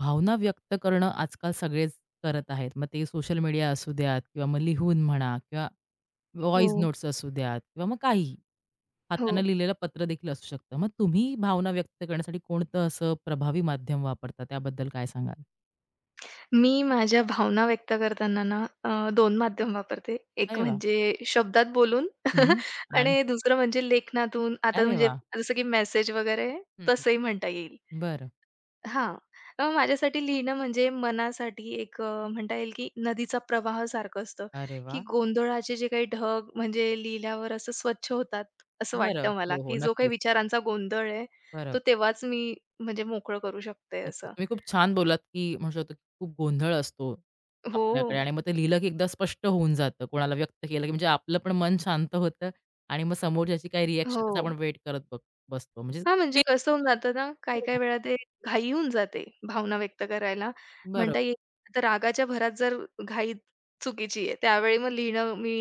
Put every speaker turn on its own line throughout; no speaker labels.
भावना व्यक्त करणं आजकाल सगळेच करत आहेत. मग ते सोशल मीडिया असू द्यात किंवा मग लिहून म्हणा किंवा व्हॉईस
हो,
नोट्स असू द्यात किंवा मग काहीही.
हो.
हाताने लिहिलेलं पत्र देखील असू शकतं. मग तुम्ही भावना व्यक्त करण्यासाठी कोणतं असं प्रभावी माध्यम वापरता? त्याबद्दल काय सांगाल?
मी माझ्या भावना व्यक्त करताना ना 2 माध्यम वापरते. एक
अरे वाह!
म्हणजे शब्दात बोलून
हं. आणि
आणि दुसरं म्हणजे लेखनातून. आता
अरे
म्हणजे
वाह!
जसं की मेसेज वगैरे
हं,
तसंही म्हणता येईल.
बरं.
हां. माझ्यासाठी लिहिणं म्हणजे मनासाठी एक म्हणता येईल की नदीचा प्रवाह सारखं असतं,
अरे
की
वाह!
गोंधळाचे जे काही ढग म्हणजे लिहिल्यावर असं स्वच्छ होतात, असं
बरं.
वाटतं मला,
हो, हो.
की जो काही
नक्कीच.
विचारांचा गोंधळ आहे,
बरं.
तो तेव्हाच मी म्हणजे मोकळं करू शकते
नक्कीच.
असं.
तुम्ही खूप छान बोलात की म्हणू शकतो, की खूप गोंधळ असतो
हो,
आपल्याकडे आणि मग ते लिहिलं, की एकदा स्पष्ट होऊन जातं. कोणाला व्यक्त केलं, की म्हणजे आपलं पण मन शांत होतं आणि मग समोरच्याची काय रिएक्शन
हो.
त्याचा आपण वेट करत बघ बसतो. म्हणजे
हां, म्हणजे कसं होऊन जातं ना,
हो, हो.
काही-काही वेळा ते घाई होऊन जाते भावना व्यक्त करायला. म्हणता
बरोबर.
येईल आता रागाच्या भरात जर घाई चुकीची आहे, त्यावेळी मग लिहिणं मी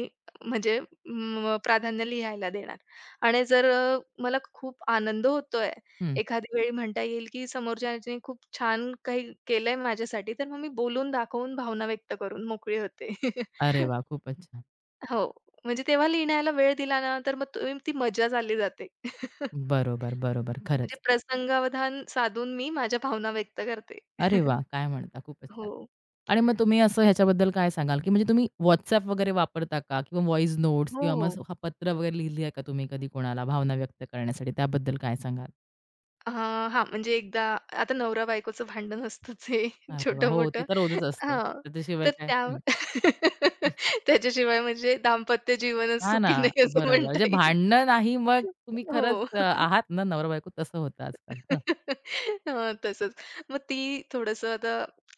म्हणजे प्राधान्य लिहायला देणार. आणि जर मला खूप आनंद होतोय,
हं.
एखाद्या वेळी म्हणता येईल की समोरच्याने खूप छान काही केलंय माझ्यासाठी, तर मग मी बोलून दाखवून भावना व्यक्त करून मोकळी होते.
अरे वा खूपच छान.
हो. म्हणजे तेव्हा लिहिण्याला वेळ दिला ना, तर मग तो ती मजा चालली जाते.
बरोबर, बरोबर.
म्हणजे
खरंच.
प्रसंगावधान साधून मी माझ्या भावना व्यक्त करते.
अरे वाह! काय म्हणता? खूपच छान.
हो.
आणि मग तुम्ही असं ह्याच्याबद्दल काय सांगाल, की म्हणजे तुम्ही WhatsApp वगैरे वापरता का? किंवा व्हॉईस नोट्स
हो,
किंवा
हो.
मग हा पत्र वगैरे लिहिली आहे का तुम्ही कधी कोणाला भावना व्यक्त करण्यासाठी? त्याबद्दल काय सांगाल?
हां, म्हणजे एकदा आता नवरा-बायकोचं भांडण असतंच हे
अरे वा, हो, ते
छोटं-मोठं.
तर होतच असतं.
हां.
त्याच्याशिवाय
तर
काय?
त्या
हं.
त्याच्याशिवाय म्हणजे दाम्पत्य जीवनच
हां ना,
सुखी नाही असं
बरोबर.
म्हणता
म्हणजे
येईल.
भांडणं नाही, मग तुम्ही
हो.
खरंच आहात ना नवरा-बायको तसं होतं आजकाल. हं.
हां, तसंच. मग ती थोडंसं आता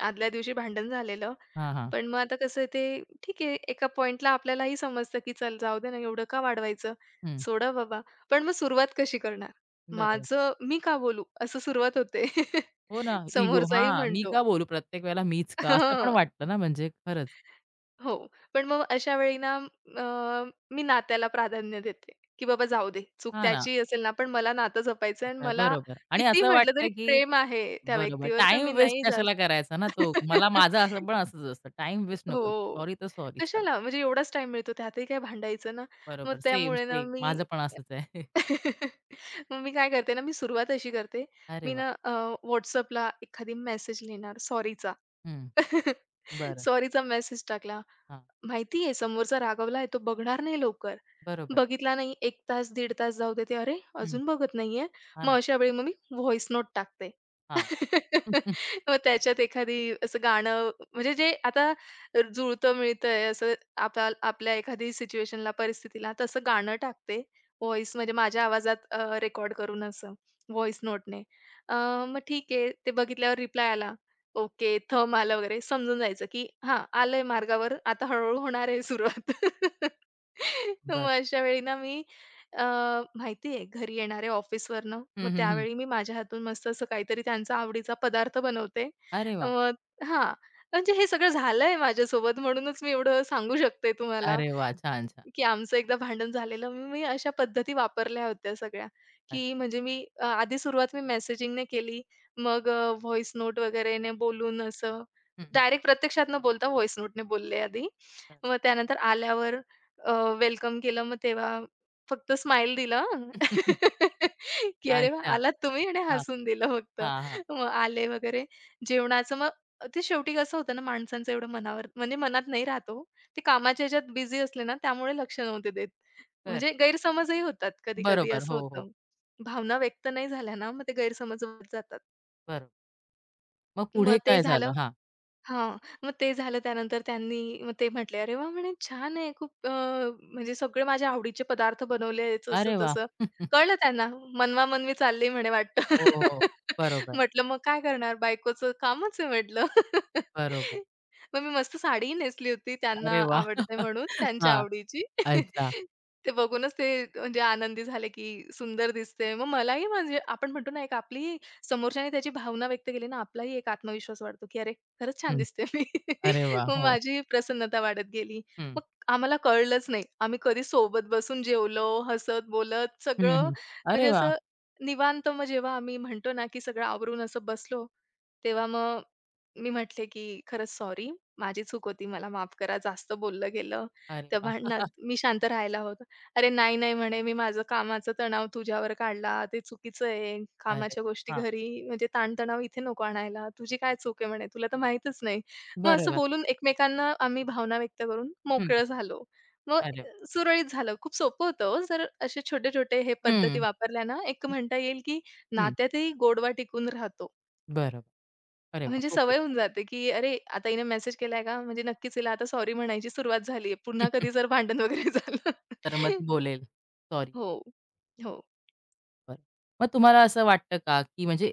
आदल्या दिवशी भांडण झालेलं.
हां, हां.
पण मग आता कसं आहे ते ठीक आहे एका पॉइंटला आपल्यालाही समजतं, की चल जाऊ दे ना एवढं का वाढवायचं?
हं.
सोडा बाबा. पण मग सुरुवात कशी करणार?
बरोबर.
माझं मी का बोलू? असं सुरुवात होते.
हो ना, इगो.
समोरचाही
हां, मी
म्हणतो.
का बोलू? प्रत्येक वेळेला मीच का? असं पण
हां.
वाटतं ना, म्हणजे खरंच.
हो. पण मग अशा वेळी ना अ, मी नात्याला प्राधान्य देते, की बाबा जाऊ दे, चूक
हां ना,
त्याची असेल ना, पण मला नातं जपायचं आहे आणि
असं आहे,
मला
बरोबर. आणि
किती
असं
म्हटलं
वाटतं,
तरी
की
प्रेम आहे त्या
बरोबर,
व्यक्तीवर, तर
टाईम
मी
वेस्ट
नाही
कशाला
जास्त
करायचा ना तो? मला माझं असं पण असंच असतं, टाईम वेस्ट नको.
हो.
सॉरी तर सॉरी, चला.
कशाला म्हणजे एवढाच टाइम मिळतो, त्यातही काय भांडायचं ना. मग
बरोबर. सेम,
त्यामुळे ना
सेम.
मी
माझं पण असंच आहे.
मग मी काय करते ना, मी सुरुवात अशी करते.
अरे
मी
वाह!
ना एखादी मेसेज लिहिणार सॉरीचा.
हं. बरं.
सॉरीचा मेसेज टाकला.
हां,
माहितीये समोरचा रागावलाय, तो बघणार नाही लवकर.
बरोबर.
बघितला नाही एक तास, दीड तास जाऊ देते. अरे,
हं.
अजून बघत नाहीये.
हां
मग
ना.
अशा वेळी मग मी व्हॉइस नोट टाकते.
हां.
मग त्याच्यात एखादी असं गाणं म्हणजे जे आता जुळतं-मिळतंय असं आपल्या एखादी सिच्युएशनला, परिस्थितीला तसं गाणं टाकते. व्हॉइस म्हणजे माझ्या आवाजात रेकॉर्ड करून असं व्हॉइस नोटने. मग ठीक आहे. ते बघितल्यावर रिप्लाय आला. ओके, थंब आलं वगैरे समजून जायचं, की हां, आलंय मार्गावर, आता हळू-हळू होणार आहे सुरुवात. मग
बरं.
अशा वेळी ना मी अ, माहिती आहे घरी येणारे ऑफिसवरनं, मग
हं, हं, हं.
त्यावेळी मी माझ्या हातून मस्त असं काहीतरी त्यांचा आवडीचा पदार्थ बनवते.
अरे वाह!
मग हां, म्हणजे हे सगळं झालंय माझ्यासोबत म्हणूनच मी एवढं सांगू शकते तुम्हाला.
अरे वाह! छान, छान.
की आमचं एकदा भांडण झालेलं. मग मी अशा पद्धती वापरल्या होत्या सगळ्या,
अरे
की म्हणजे मी आधी सुरुवात मी मेसेजिंगने केली. मग व्हॉईस नोट वगैरेने बोलून असं
हं, हं.
डायरेक्ट प्रत्यक्षात न बोलता व्हॉईस नोटने बोलले आधी.
बरं.
मग त्यानंतर आल्यावर वेलकम केलं. मग तेव्हा फक्त स्माईल दिलं. की "अरे वाह!
अच्छा.
आलात तुम्ही" आणि
हां,
हसून दिलं फक्त.
हां, हां.
मग आले वगैरे. जेवणाचं मग ते शेवटी कसं होतं ना माणसांचं एवढं मनावर म्हणजे मनात नाही राहत ते कामाच्या ह्याच्यात बिझी असले ना, त्यामुळे लक्ष नव्हते देत.
बरं.
म्हणजे गैरसमजही होतात कधी-कधी
बरोबर.
असं
हो, हो.
होतं. भावना व्यक्त नाही झाल्या ना, मग ते गैरसमज होत जातात.
बरोबर. मग पुढे
मग ते
काय झालं?
झालं
हां.
हां. मग ते झालं त्यानंतर त्यांनी मग ते म्हटले, "अरे वा म्हणे, "छान आहे खूप म्हणजे सगळे माझ्या आवडीचे पदार्थ बनवले आहेत."
अरे वाह!
असं-तसं. कळलं त्यांना. मनवा-मनवी चालली म्हणे वाटतं.
हो, हो. बरोबर,
म्हटलं, "मग काय करणार? बायकोचं कामच आहे" म्हटलं.
बरोबर.
मग मी मस्त साडी नेसली होती त्यांना
अरे वाह! हां.
आवडते म्हणून, त्यांच्या आवडीची.
अच्छा.
ते बघूनच ते म्हणजे आनंदी झाले, की सुंदर दिसते. मग मलाही म्हणजे आपण म्हणतो ना, एक आपली समोरच्याने त्याची भावना व्यक्त केली ना, आपलाही एक आत्मविश्वास वाढतो, की अरे खरंच छान
हं.
दिसते मी.
अरे वाह!
मग
हो.
माझी प्रसन्नता वाढत गेली.
हं.
मग आम्हाला कळलंच नाही. आम्ही कधी सोबत बसून जेवलो, हसत-बोलत
हं,
सगळं
हं. अरे
म्हणजे
वाह!
असं निवांत मग जेव्हा आम्ही म्हणतो ना, की सगळं आवरून असं बसलो, तेव्हा मग मी म्हटले, की "खरंच सॉरी. माझी चूक होती. मला माफ करा. जास्त बोललं गेलं."
अरे
त्या
वाह!
भांडणात मी शांत राहायला होतं. "अरे नाही, नाही," म्हणे, "मी माझं कामाचा तणाव तुझ्यावर काढला. ते चुकीचं आहे.
अरे
कामाच्या गोष्टी
हां.
घरी म्हणजे ताणतणाव इथे नको आणायला. तुझी काय चूक आहे," म्हणे, "तुला तर माहीतच नाही." मग असं
बरोबर.
बोलून एकमेकांना आम्ही भावना व्यक्त करून
हं.
मोकळं झालो. मग
अरे वाह!
सुरळीत झालं. खूप सोपं होतं हो. जर असे छोटे-छोटे हे पद्धती
हं,
वापरल्या ना, एक म्हणता येईल, की
हं.
नात्यातही गोडवा टिकून राहतो.
बरोबर. अरे वाह!
म्हणजे
खूपच
सवय होऊन
छान.
जाते, की अरे, आता हिने मेसेज केलाय का? म्हणजे नक्कीच हिला आता सॉरी म्हणायची सुरुवात झाली आहे. पुन्हा कधी जर भांडण वगैरे झालं.
तर मग ती बोलेल, "सॉरी."
हो. हो,
बरं. मग तुम्हाला असं वाटतं का, की म्हणजे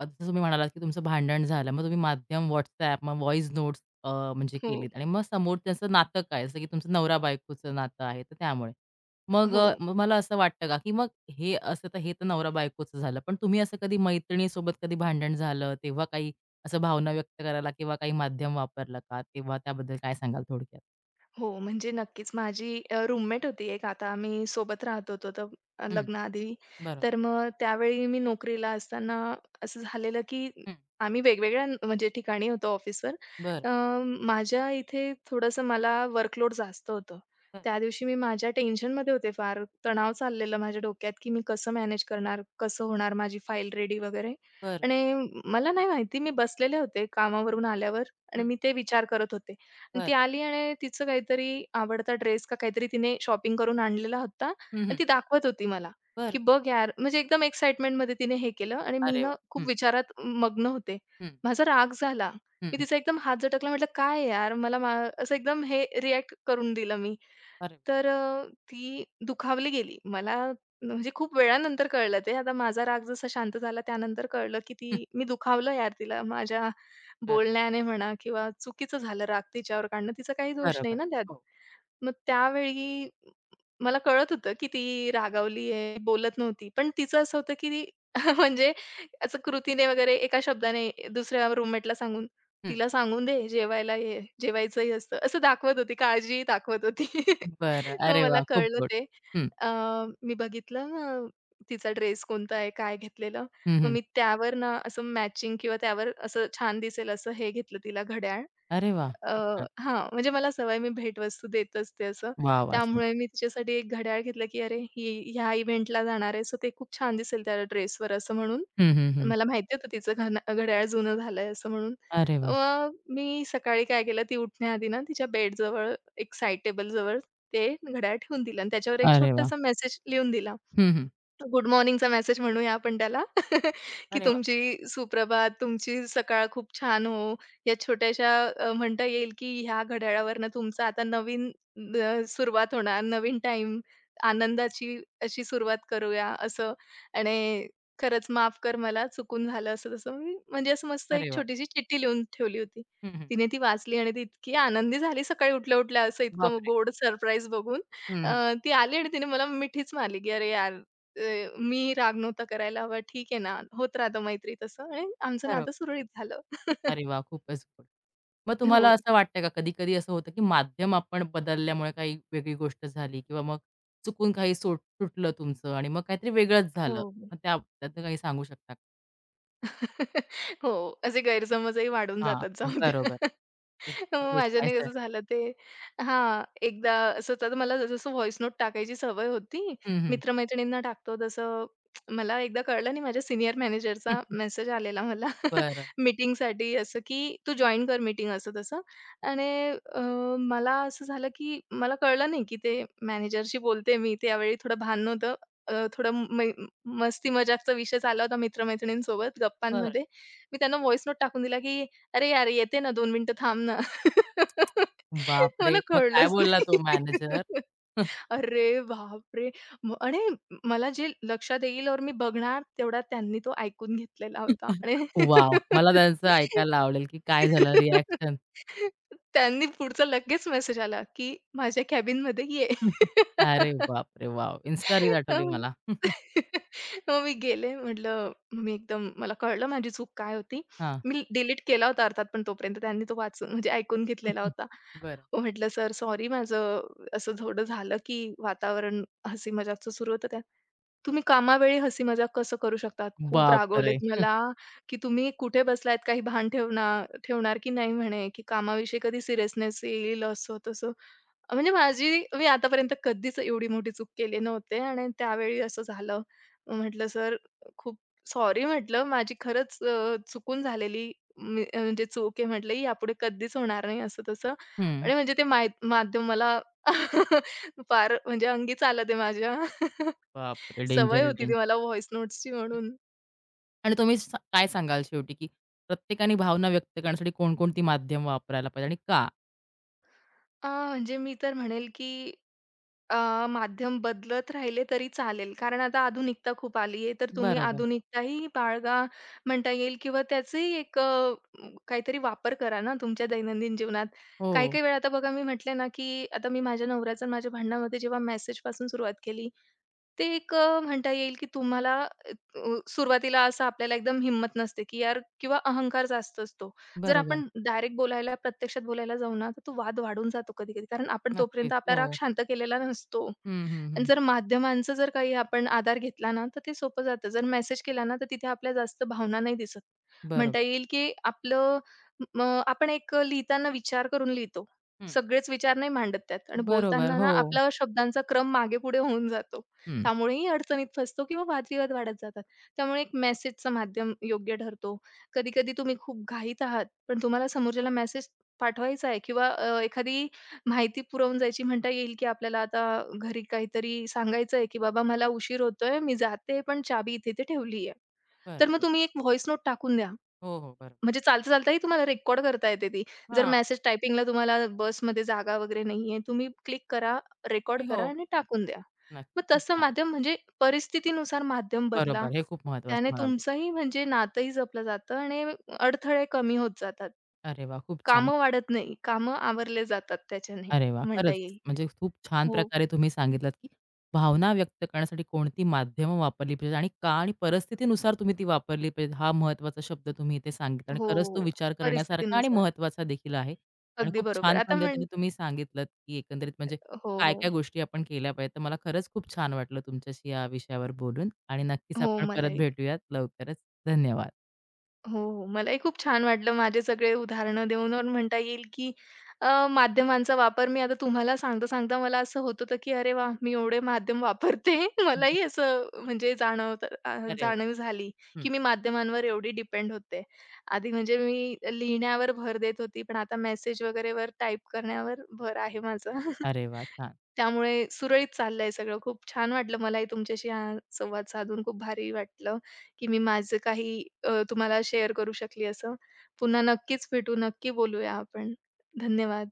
आता जसं तुम्ही म्हणालात, की तुमचं भांडण झालं. मग तुम्ही माध्यम WhatsApp, मग व्हॉइस नोट्स म्हणजे
हो,
केलीत आणि मग समोर त्याचं नातं काय, जसं की तुमचं नवरा-बायकोचं नातं आहे, तर त्यामुळे. मग
हो.
मला असं वाटतं का, की मग हे असं तर हे तर नवरा-बायकोचं झालं. पण तुम्ही असं कधी मैत्रिणीसोबत कधी भांडण झालं, तेव्हा काही असं भावना व्यक्त करायला किंवा काही माध्यम वापरलं का? तेव्हा त्याबद्दल काय सांगाल थोडक्यात?
हो, म्हणजे नक्कीच. माझी रूममेट होती एक. आता आम्ही सोबत राहत होतो तर
हं.
लग्नाआधी.
बरोबर.
तर मग त्यावेळी मी नोकरीला असताना असं झालेलं, की
हं.
आम्ही वेगवेगळ्या म्हणजे ठिकाणी होतो ऑफिसवर.
बरं.
अ, माझ्या इथे थोडंसं मला वर्कलोड जास्त होतं.
बरं.
त्या दिवशी मी माझ्या टेन्शनमध्ये होते फार. तणाव चाललेला माझ्या डोक्यात, की मी कसं मॅनेज करणार? कसं होणार माझी फाईल रेडी वगैरे?
बरं.
आणि मला नाही माहिती, मी बसलेले होते कामावरून आल्यावर आणि
हं.
मी ते विचार करत होते. आणि ती
बरं.
आली आणि तिचं काहीतरी आवडता ड्रेस का काहीतरी तिने शॉपिंग करून आणलेला होता
हं,
आणि
हं.
ती दाखवत होती मला, की
बरं.
"बघ यार" म्हणजे एकदम एक्साइटमेंटमध्ये तिने हे केलं आणि मी
अरे
ना
वा, हं,
खूप विचारात मग्न होते.
हं,
माझा राग झाला.
हं,
मी
हं.
तिचा एकदम हात झटकला. म्हटलं, "काय यार?" मला मा असं एकदम हे रिएक्ट करून दिलं मी.
अरे वा.
तर ती दुखावली गेली. मला म्हणजे खूप वेळानंतर कळलं ते. आता माझा राग जसा शांत झाला त्यानंतर कळलं, की
हं,
ती मी दुखावलं यार तिला माझ्या
बरं.
बोलण्याने म्हणा किंवा चुकीचं झालं राग तिच्यावर काढणं. तिचा काही दोष नाही
बरोबर.
ना त्यात.
हो.
मग त्यावेळी मला कळत होतं, की ती रागावली आहे, बोलत नव्हती. पण तिचं असं होतं, की ती म्हणजे असं कृतीने वगैरे एका शब्दाने दुसऱ्या रूममेटला सांगून,
हं.
"तिला सांगून दे, जेवायला ये, जेवायचंही असतं." असं दाखवत होती, काळजीही दाखवत होती.
बरं.
मग
अरे
मला
वाह! खूप
कळलं
गोड.
ते.
हं,
अ, मी बघितलं मग तिचा ड्रेस कोणता आहे, काय घेतलेलं.
हं,
मग
हं.
मी त्यावर ना असं मॅचिंग किंवा त्यावर असं छान दिसेल असं हे घेतलं तिला घड्याळ.
अरे वाह!
अ,
खूप छान.
हां, म्हणजे मला सवय मी भेटवस्तू देत असते असं.
वाह, वाह! छान.
त्यामुळे मी तिच्यासाठी एक घड्याळ घेतलं, की "अरे, ही ह्या इव्हेंटला जाणार आहे, सो ते खूप छान दिसेल त्या ड्रेसवर" असं म्हणून.
हं, हं, हं.
मला माहिती होतं तिचं घणा घड्याळ जुनं झालंय असं म्हणून.
अरे वाह!
मग मी सकाळी काय केलं, ती उठण्याआधी ना तिच्या बेडजवळ एक साइड टेबलजवळ ते घड्याळ ठेवून दिलं आणि त्याच्यावर एक
अरे वाह!
छोटासा मेसेज लिहून दिला.
हं, हं.
गुड मॉर्निंगचा मेसेज म्हणूया आपण त्याला, की
अरे वाह!
तुमची सुप्रभात, तुमची सकाळ खूप छान हो. या छोट्याशा म्हणता येईल, की ह्या घड्याळावरनं तुमचा आता नवीन सुरुवात होणार, नवीन टाइम, आनंदाची अशी सुरुवात करूया असं. आणि खरंच माफ कर मला चुकून झालं असं तसं. मी म्हणजे असं मस्त एक
अरे वाह!
छोटीशी चिठ्ठी लिहून ठेवली होती.
हं, हं.
तिने ती वाचली आणि ती इतकी आनंदी झाली सकाळी उठल्या-उठल्या असं इतकं
बापरे!
गोड सरप्राईज बघून.
हं, हं.
ती आली आणि तिने मला मिठीच मारली, की "अरे यार मी राग नव्हता करायला हवा. ठीक आहे ना, होत राहतं मैत्री तसं आणि आमचं
बरोबर.
नातं सुरळीत झालं.
अरे वाह! खूपच गोड. मग तुम्हाला
हो.
असं वाटतं का कधी-कधी असं होतं, की माध्यम आपण बदलल्यामुळे काही वेगळी गोष्ट झाली किंवा मग चुकून काही सुटलं तुमचं आणि मग काहीतरी वेगळंच झालं.
हो.
मग त्या त्यातलं काही सांगू शकता?
हो, असे गैरसमजही वाढून
हां,
जातात जाऊ द्या.
बरोबर. तेच मला
मग माझ्याने
विचारायचंय.
कसं झालं ते हां, एकदा असं तर मला जसं व्हॉईस नोट टाकायची सवय होती,
हं, हं.
मित्र टाकतो तसं मला एकदा कळलं नाही माझ्या सीनियर मॅनेजरचा मेसेज आलेला मला
बरं,
मीटिंगसाठी असं, की "तू जॉइन कर मीटिंग" असं तसं. आणि अ, मला असं झालं, की मला कळलं नाही, की ते मॅनेजरशी बोलते मी. त्यावेळी थोडं भान नव्हतं. थोडं मस्ती मजाकचा विषय झाला होता मित्र-मैत्रिणींसोबत
बरं.
गप्पांमध्ये. मी त्यांना व्हॉइस नोट टाकून दिला, की "अरे यार, येते ना दोन मिनिटं थांब ना."
बापरे!
मला
मग काय
कळलंच
बोलला तो
नाही.
मॅनेजर?
अरे बापरे! आणि मला जे लक्षात येईल और मी बघणार तेवढा त्यांनी तो ऐकून घेतलेला होता आणि
वॉव! मला त्यांचं ऐकायला आवडेल, की काय झालं रिएक्शन?
त्यांनी पुढचा लगेच मेसेज आला, की "माझ्या कॅबिनमध्ये ये."
अरे बापरे! वॉव! Insta रील
अ,
आठवली मला.
मग मी गेले. म्हटलं मी एकदम मला कळलं माझी चूक काय होती.
हां.
मी डिलीट केला होता अर्थात, पण तोपर्यंत त्यांनी तो वाचून म्हणजे ऐकून घेतलेला होता.
बरं.
मग म्हटलं, "सर सॉरी माझं असं थोडं झालं, की वातावरण हसी-मजाकचं सुरू होतं त्यात. तुम्ही कामावेळी हसी-मजाक कसं करू शकतात? खूप
बापरे!
रागवलेत मला, की तुम्ही कुठे बसलायत? काही भान ठेवणार ठेवणार की नाही?" म्हणे, की "कामाविषयी कधी सीरियसनेस येईल," असं तसं. म्हणजे माझी मी आतापर्यंत कधीच एवढी मोठी चूक केली नव्हती आणि त्यावेळी असं झालं. म्हटलं, "सर खूप सॉरी" म्हटलं, "माझी खरंच चुकून झालेली मी म्हणजे चूक आहे" म्हटलं, ही "यापुढे कधीच होणार नाही" असं-तसं
हं.
आणि म्हणजे ते माय माध्यम मला फार म्हणजे अंगीच आलं ते माझ्या.
बापरे!
सवय
डेंजर,
होती ती
डेंजर.
मला व्हॉईस नोट्सची म्हणून.
आणि तुम्ही काय सांगाल शेवटी, की प्रत्येकाने भावना व्यक्त करण्यासाठी कोणकोणती माध्यम वापरायला पाहिजे आणि का?
म्हणजे मी तर म्हणेल की माध्यम बदलत राहिले तरी चालेल. कारण आता आधुनिकता खूप आली आहे, तर तुम्ही
बरोबर.
आधुनिकताही बाळगा म्हणता येईल किंवा त्याचंही एक काहीतरी वापर करा ना तुमच्या दैनंदिन जीवनात.
हो,
काही-काही वेळा आता बघा मी म्हटले ना, की आता मी माझ्या नवऱ्याचं आणि माझ्या भांडणामध्ये जेव्हा मेसेजपासून सुरुवात केली, ते एक म्हणता येईल की तुम्हाला सुरुवातीला असं आपल्याला एकदम हिंमत नसते, की यार किंवा अहंकार जास्त असतो. जर
बरोबर.
आपण डायरेक्ट बोलायला, प्रत्यक्षात बोलायला जाऊ ना, तर तो वाद वाढून जातो कधी-कधी. कारण आपण तोपर्यंत
नक्कीच.
आपला राग
हो.
शांत केलेला नसतो.
हं, हं,
आणि
हं.
जर माध्यमांचा जर काही आपण आधार घेतला ना, तर ते सोपं जातं. जर मेसेज केला ना, तर तिथे आपल्या जास्त भावना नाही दिसत. म्हणता
बरोबर.
येईल, की आपलं म आपण एक लिहिताना विचार करून लिहितो.
हं.
सगळेच विचार नाही मांडत त्यात आणि
बरोबर.
बोलताना
हो.
ना, आपला शब्दांचा क्रम मागे-पुढे होऊन जातो.
हं.
त्यामुळेही अडचणीत फसतो किंवा वादविवाद वाढत जातात. त्यामुळे एक मेसेजचं माध्यम योग्य ठरतो. कधी-कधी तुम्ही खूप घाईत आहात पण तुम्हाला समोरच्याला मेसेज पाठवायचा आहे किंवा एखादी माहिती पुरवून जायची म्हणता येईल, की आपल्याला आता घरी काहीतरी सांगायचं आहे, की "बाबा मला उशीर होतोय, मी जाते, पण चाबी इथे-इथे ठेवली आहे." तर
बरं.
मग तुम्ही एक व्हॉईस नोट टाकून द्या.
हो, हो. बरोबर.
म्हणजे चालता-चालताही तुम्हाला रेकॉर्ड करता येते ती. जर
हां.
मेसेज टायपिंगला तुम्हाला बसमध्ये जागा वगैरे नाहीये, तुम्ही क्लिक करा, रेकॉर्ड करा
हो.
आणि टाकून द्या.
नक्की.
मग
खूप
तसं
छान.
माध्यम म्हणजे परिस्थितीनुसार माध्यम बदला.
बरोबर. हे खूप महत्वाचं
त्याने
म्हणाल.
तुमचंही म्हणजे नातंही जपलं जातं आणि अडथळे कमी होत जातात.
अरे वाह! खूप छान.
कामं वाढत नाही, कामं आवरले जातात त्याच्याने
अरे वाह!
म्हणता
खरंच
येईल.
म्हणजे खूप छान
हो.
प्रकारे तुम्ही सांगितलात, की भावना व्यक्त करण्यासाठी कोणती माध्यमं वापरली पाहिजेत आणि का आणि परिस्थितीनुसार तुम्ही ती वापरली पाहिजेत. हा महत्त्वाचा शब्द तुम्ही इथे सांगितला
हो,
आणि खरंच तो
हो.
विचार करण्यासारखा आणि
परिस्थितीनुसार.
महत्त्वाचा देखील आहे. आणि
अगदी
खूप
बरोबर.
छान
आता
पद्धतीने तुम्ही सांगितलत, की एकंदरीत म्हणजे
हो, हो.
काय-काय गोष्टी आपण केल्या पाहिजेत. तर मला खरंच खूप छान वाटलं तुमच्याशी या विषयावर बोलून आणि नक्कीच
हो,
आपण परत
मलाही.
भेटूयात लवकरच. धन्यवाद.
हो, मलाही खूप छान वाटलं माझे सगळे उदाहरणं देऊन अन् म्हणता येईल, की माध्यमांचा वापर मी आता तुम्हाला सांगता-सांगता मला असं होत होतं, की अरे वा मी एवढे माध्यम वापरते.
हं.
मलाही असं म्हणजे जाणवतं
अरे वाह!
जाणीव झाली,
हं.
की मी माध्यमांवर एवढी डिपेंड होते. आधी म्हणजे मी लिहिण्यावर भर देत होती, पण आता मेसेज वगैरेवर टाइप करण्यावर भर आहे माझा.
अरे वाह! छान.
त्यामुळे सुरळीत चाललंय सगळं. खूप छान वाटलं मलाही तुमच्याशी हा संवाद साधून खूप भारी वाटलं. की मी माझं काही तुम्हाला शेअर करू शकली असं. पुन्हा नक्कीच भेटू, नक्की बोलूया आपण. धन्यवाद.